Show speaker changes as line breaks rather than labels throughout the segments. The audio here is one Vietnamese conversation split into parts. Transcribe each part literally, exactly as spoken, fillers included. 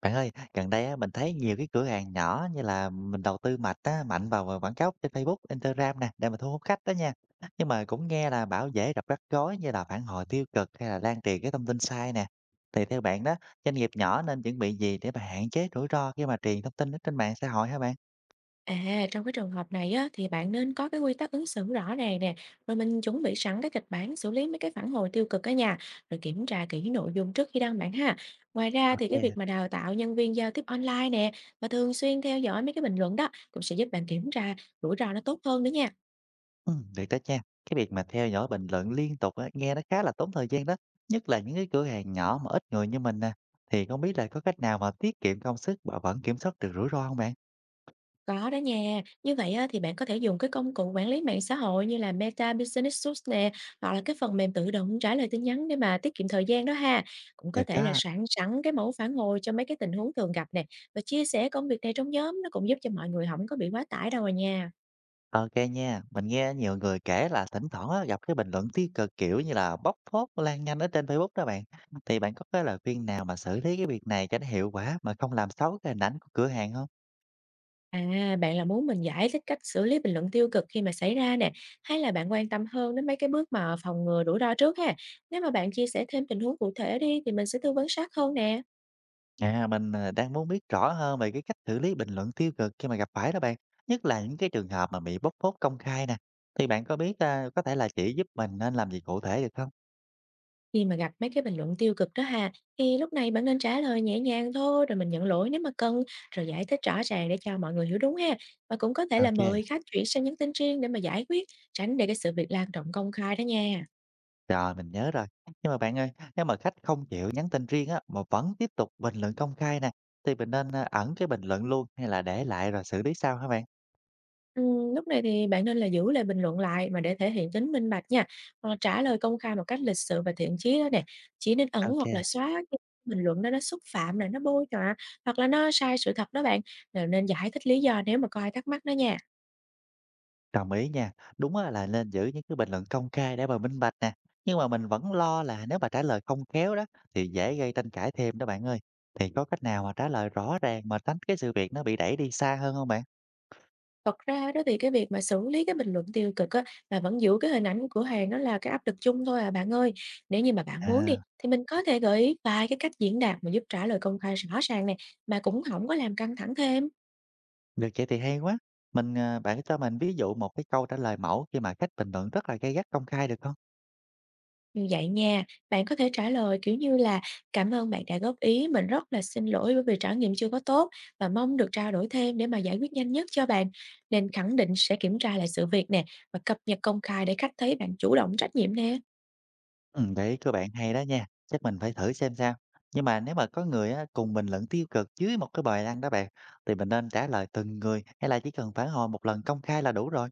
Bạn ơi,
Ừm.
gần đây á, mình thấy nhiều cái cửa hàng nhỏ như là mình đầu tư mạnh á, mạnh vào quảng cáo trên Facebook, Instagram nè, để mà thu hút khách đó nha. Nhưng mà cũng nghe là bảo dễ gặp rắc rối như là phản hồi tiêu cực hay là lan truyền cái thông tin sai nè. Thì theo bạn đó, doanh nghiệp nhỏ nên chuẩn bị gì để mà hạn chế rủi ro khi mà truyền thông tin ở trên mạng xã hội hả bạn?
À, trong cái trường hợp này á, thì bạn nên có cái quy tắc ứng xử rõ ràng nè, rồi mình chuẩn bị sẵn cái kịch bản xử lý mấy cái phản hồi tiêu cực á nhà, rồi kiểm tra kỹ nội dung trước khi đăng bản ha. Ngoài ra thì cái việc
Ok.
mà đào tạo nhân viên giao tiếp online nè, và thường xuyên theo dõi mấy cái bình luận đó cũng sẽ giúp bạn kiểm tra rủi ro nó tốt hơn nữa nha.
Ừ, được đó nha. Cái việc mà theo dõi bình luận liên tục á, nghe nó khá là tốn thời gian đó. Nhất là những cái cửa hàng nhỏ mà ít người như mình nè. Thì không biết là có cách nào mà tiết kiệm công sức mà vẫn kiểm soát được rủi ro không bạn?
Có đó nha. Như vậy á, thì bạn có thể dùng cái công cụ quản lý mạng xã hội như là Meta Business Suite nè, hoặc là cái phần mềm tự động trả lời tin nhắn để mà tiết kiệm thời gian đó ha. Cũng có
Được
thể là
á,
soạn sẵn cái mẫu phản hồi cho mấy cái tình huống thường gặp nè, và chia sẻ công việc này trong nhóm nó cũng giúp cho mọi người không có bị quá tải đâu rồi nha.
ok nha. Mình nghe nhiều người kể là thỉnh thoảng á, gặp cái bình luận tiêu cực, kiểu như là, bóc phốt lan nhanh ở trên Facebook đó bạn. Thì bạn có cái lời khuyên nào mà xử lý cái việc này cho nó hiệu quả mà không làm xấu cái hình ảnh của cửa hàng không?
À, bạn là muốn mình giải thích cách xử lý bình luận tiêu cực khi mà xảy ra nè, hay là bạn quan tâm hơn đến mấy cái bước mà phòng ngừa rủi ro trước ha? Nếu mà bạn chia sẻ thêm tình huống cụ thể đi thì mình sẽ tư vấn sát hơn nè.
À, mình, ờ, đang muốn biết rõ hơn về cái cách xử lý bình luận tiêu cực khi mà gặp phải đó bạn, nhất là những cái trường hợp mà bị bóc phốt công khai nè. Thì bạn có biết, a có thể là chỉ giúp mình nên làm gì cụ thể được không?
Khi mà gặp mấy cái bình luận tiêu cực đó ha, thì lúc này bạn nên trả lời nhẹ nhàng thôi, rồi mình nhận lỗi nếu mà cần, rồi giải thích rõ ràng để cho mọi người hiểu đúng ha. Và cũng có thể là
Ok.
mời khách chuyển sang nhắn tin riêng để mà giải quyết, tránh để cái sự việc lan rộng công khai đó nha.
Rồi, mình nhớ rồi. Nhưng mà bạn ơi, nếu mà khách không chịu nhắn tin riêng á, mà vẫn tiếp tục bình luận công khai nè, thì mình nên, a, ẩn cái bình luận luôn hay là để lại rồi xử lý sau hả bạn?
Ừm, lúc này thì bạn nên là giữ lời bình luận lại mà để thể hiện tính minh bạch nha. Hoặc là trả lời công khai một cách lịch sự và thiện chí đó nè. Chỉ nên ẩn
Ok.
hoặc là xóa cái bình luận đó nó xúc phạm, là nó bôi nhọ, hoặc là nó sai sự thật đó bạn. Rồi nên giải thích lý do nếu mà có ai thắc mắc đó nha.
Đồng ý nha. Đúng á là nên giữ những cái bình luận công khai để mà minh bạch nè, nhưng mà mình vẫn lo là nếu mà trả lời không khéo đó, thì dễ gây tranh cãi thêm đó bạn ơi. Thì có cách nào mà trả lời rõ ràng mà tránh cái sự việc nó bị đẩy đi xa hơn không bạn?
Thật ra đó thì cái việc mà xử lý cái bình luận tiêu cực á, mà vẫn giữ cái hình ảnh của cửa hàng nó là cái áp lực chung thôi à bạn ơi. Nếu như mà bạn muốn đi
À,
thì mình có thể gợi ý vài cái cách diễn đạt mà giúp trả lời công khai rõ ràng này, mà cũng không có làm căng thẳng thêm.
được vậy thì hay quá. Mình, à bạn cho mình ví dụ một cái câu trả lời mẫu khi mà khách bình luận rất là gay gắt công khai được không?
Như vậy nha, bạn có thể trả lời kiểu như là "Cảm ơn bạn đã góp ý, mình rất là xin lỗi bởi vì trải nghiệm chưa có tốt và mong được trao đổi thêm để mà giải quyết nhanh nhất cho bạn." Nên khẳng định sẽ kiểm tra lại sự việc nè, và cập nhật công khai để khách thấy bạn chủ động trách nhiệm nè.
Ừm, đấy, cơ bạn hay đó nha, chắc mình phải thử xem sao. Nhưng mà nếu mà có người á, cùng bình luận tiêu cực dưới một cái bài đăng đó bạn, thì mình nên trả lời từng người hay là chỉ cần phản hồi một lần công khai là đủ rồi?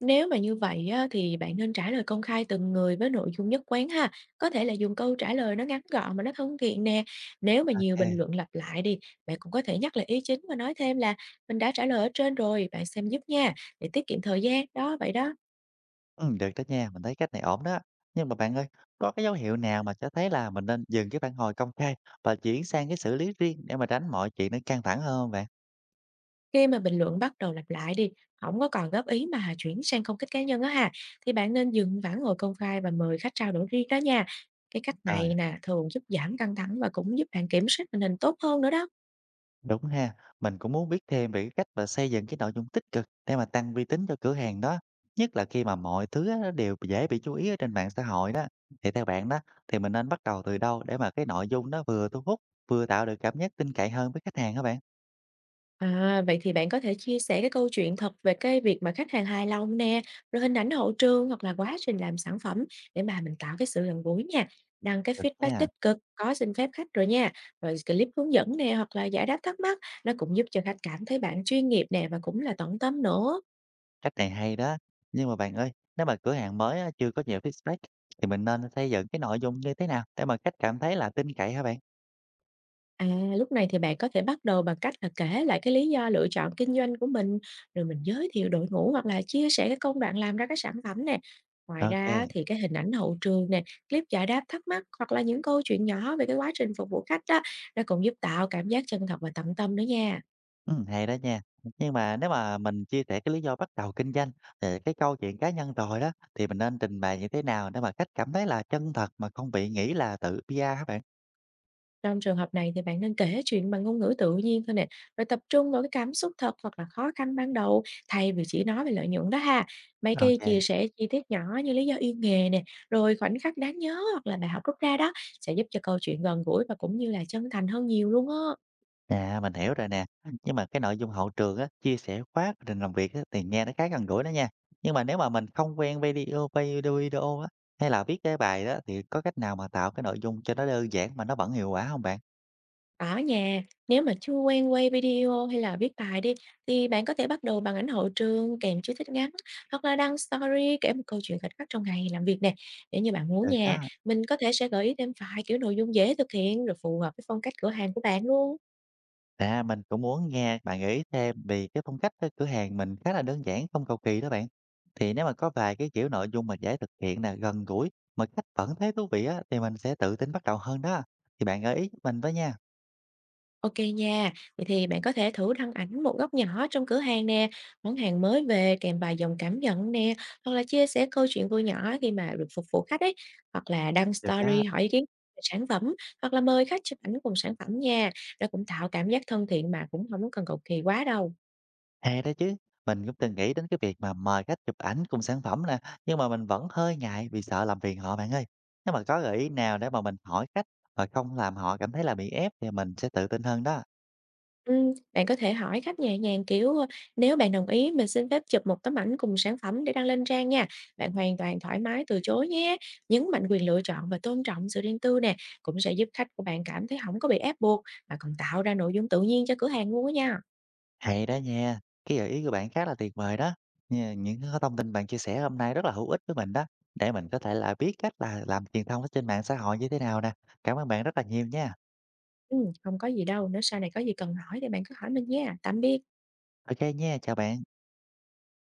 Nếu mà như vậy á, thì bạn nên trả lời công khai từng người với nội dung nhất quán ha. Có thể là dùng câu trả lời nó ngắn gọn mà nó thân thiện nè. Nếu mà nhiều bình
Ok.
luận lặp lại đi, bạn cũng có thể nhắc lại ý chính và nói thêm là mình đã trả lời ở trên rồi, bạn xem giúp nha, để tiết kiệm thời gian. Đó, vậy đó.
Ừm, được đó nha, mình thấy cách này ổn đó. Nhưng mà bạn ơi, có cái dấu hiệu nào mà cho thấy là mình nên dừng cái phản hồi công khai và chuyển sang cái xử lý riêng để mà tránh mọi chuyện nó căng thẳng hơn không bạn?
Khi mà bình luận bắt đầu lặp lại đi, không có còn góp ý mà chuyển sang công kích cá nhân á ha, thì bạn nên dừng phản hồi công khai và mời khách trao đổi riêng đó nha. Cái cách
Rồi.
này nè, thường giúp giảm căng thẳng và cũng giúp bạn kiểm soát tình hình tốt hơn nữa đó.
Đúng ha, mình cũng muốn biết thêm về cái cách mà xây dựng cái nội dung tích cực để mà tăng uy tín cho cửa hàng đó. Nhất là khi mà mọi thứ á, nó đều dễ bị chú ý ở trên mạng xã hội đó. Thì theo bạn đó, thì mình nên bắt đầu từ đâu để mà cái nội dung nó vừa thu hút, vừa tạo được cảm giác tin cậy hơn với khách hàng các bạn?
À, vậy thì bạn có thể chia sẻ cái câu chuyện thật về cái việc mà khách hàng hài lòng nè, rồi hình ảnh hậu trường hoặc là quá trình làm sản phẩm để mà mình tạo cái sự gần gũi nha. Đăng cái
Được
feedback
nha,
tích cực, có xin phép khách rồi nha. Rồi clip hướng dẫn nè, hoặc là giải đáp thắc mắc, nó cũng giúp cho khách cảm thấy bạn chuyên nghiệp nè và cũng là tận tâm nữa.
cách này hay đó. Nhưng mà bạn ơi, nếu mà cửa hàng mới á, chưa có nhiều feedback thì mình nên xây dựng cái nội dung như thế nào để mà khách cảm thấy là tin cậy hả bạn?
À, lúc này thì bạn có thể bắt đầu bằng cách là kể lại cái lý do lựa chọn kinh doanh của mình, rồi mình giới thiệu đội ngũ hoặc là chia sẻ cái công đoạn làm ra cái sản phẩm nè. Ngoài ra á,
Ok.
thì cái hình ảnh hậu trường nè, clip giải đáp thắc mắc hoặc là những câu chuyện nhỏ về cái quá trình phục vụ khách đó, nó cũng giúp tạo cảm giác chân thật và tận tâm nữa nha.
Ừm, hay đó nha. Nhưng mà nếu mà mình chia sẻ cái lý do bắt đầu kinh doanh, thì cái câu chuyện cá nhân rồi đó, thì mình nên trình bày như thế nào để mà khách cảm thấy là chân thật mà không bị nghĩ là tự pi a các bạn?
Trong trường hợp này thì bạn nên kể chuyện bằng ngôn ngữ tự nhiên thôi nè, rồi tập trung vào cái cảm xúc thật hoặc là khó khăn ban đầu thay vì chỉ nói về lợi nhuận đó ha. Mấy
Ờ.
cái chia
OK,
sẻ chi tiết nhỏ như lý do yêu nghề nè, rồi khoảnh khắc đáng nhớ hoặc là bài học rút ra đó sẽ giúp cho câu chuyện gần gũi và cũng như là chân thành hơn nhiều luôn á.
à, mình hiểu rồi nè. Nhưng mà cái nội dung hậu trường á, chia sẻ khóa quá trình làm việc á, thì nghe nó khá gần gũi đó nha. Nhưng mà nếu mà mình không quen video video video á, hay là viết cái bài đó, thì có cách nào mà tạo cái nội dung cho nó đơn giản mà nó vẫn hiệu quả không, bạn?
Ở nhà, nếu mà chưa quen quay video hay là viết bài đi, thì bạn có thể bắt đầu bằng ảnh hậu trường kèm chú thích ngắn, hoặc là đăng story kể một câu chuyện khoảnh khắc trong ngày làm việc nè. Nếu như bạn muốn
Được
nha,
đó.
mình có thể sẽ gợi ý thêm vài kiểu nội dung dễ thực hiện rồi phù hợp với phong cách cửa hàng của bạn luôn.
À, mình cũng muốn nghe bạn gợi ý thêm vì cái phong cách cái cửa hàng mình khá là đơn giản, không cầu kỳ đó bạn. Thì nếu mà có vài cái kiểu nội dung mà dễ thực hiện nè, gần gũi mà khách vẫn thấy thú vị á thì mình sẽ tự tin bắt đầu hơn đó. Thì bạn gợi ý giúp mình với nha.
OK nha. Vậy thì bạn có thể thử đăng ảnh một góc nhỏ trong cửa hàng nè, món hàng mới về kèm vài dòng cảm nhận nè, hoặc là chia sẻ câu chuyện vui nhỏ khi mà được phục vụ khách ấy, hoặc là đăng
Được đó,
story hỏi ý kiến về sản phẩm, hoặc là mời khách chụp ảnh cùng sản phẩm nha. Nó cũng tạo cảm giác thân thiện mà cũng không cần cầu kỳ quá đâu.
hay đó chứ. Mình cũng từng nghĩ đến cái việc mà mời khách chụp ảnh cùng sản phẩm nè, nhưng mà mình vẫn hơi ngại vì sợ làm phiền họ bạn ơi. Nếu mà có gợi ý nào để mà mình hỏi khách mà không làm họ cảm thấy là bị ép thì mình sẽ tự tin hơn đó.
Ừm, bạn có thể hỏi khách nhẹ nhàng, kiểu, ơ, "Nếu bạn đồng ý, mình xin phép chụp một tấm ảnh cùng sản phẩm để đăng lên trang nha." Bạn hoàn toàn thoải mái từ chối nhé, nhấn mạnh quyền lựa chọn và tôn trọng sự riêng tư nè, cũng sẽ giúp khách của bạn cảm thấy không có bị ép buộc, mà còn tạo ra nội dung tự nhiên cho cửa hàng luôn á nha.
Hay đó nha, cái gợi ý của bạn khá là tuyệt vời đó. Nha, những cái thông tin bạn chia sẻ hôm nay rất là hữu ích với mình đó, để mình có thể là biết cách là làm truyền thông ở trên mạng xã hội như thế nào nè. Cảm ơn bạn rất là nhiều nha.
Ừm, không có gì đâu, nếu sau này có gì cần hỏi thì bạn cứ hỏi mình nha. Tạm biệt.
Ok nha, chào bạn.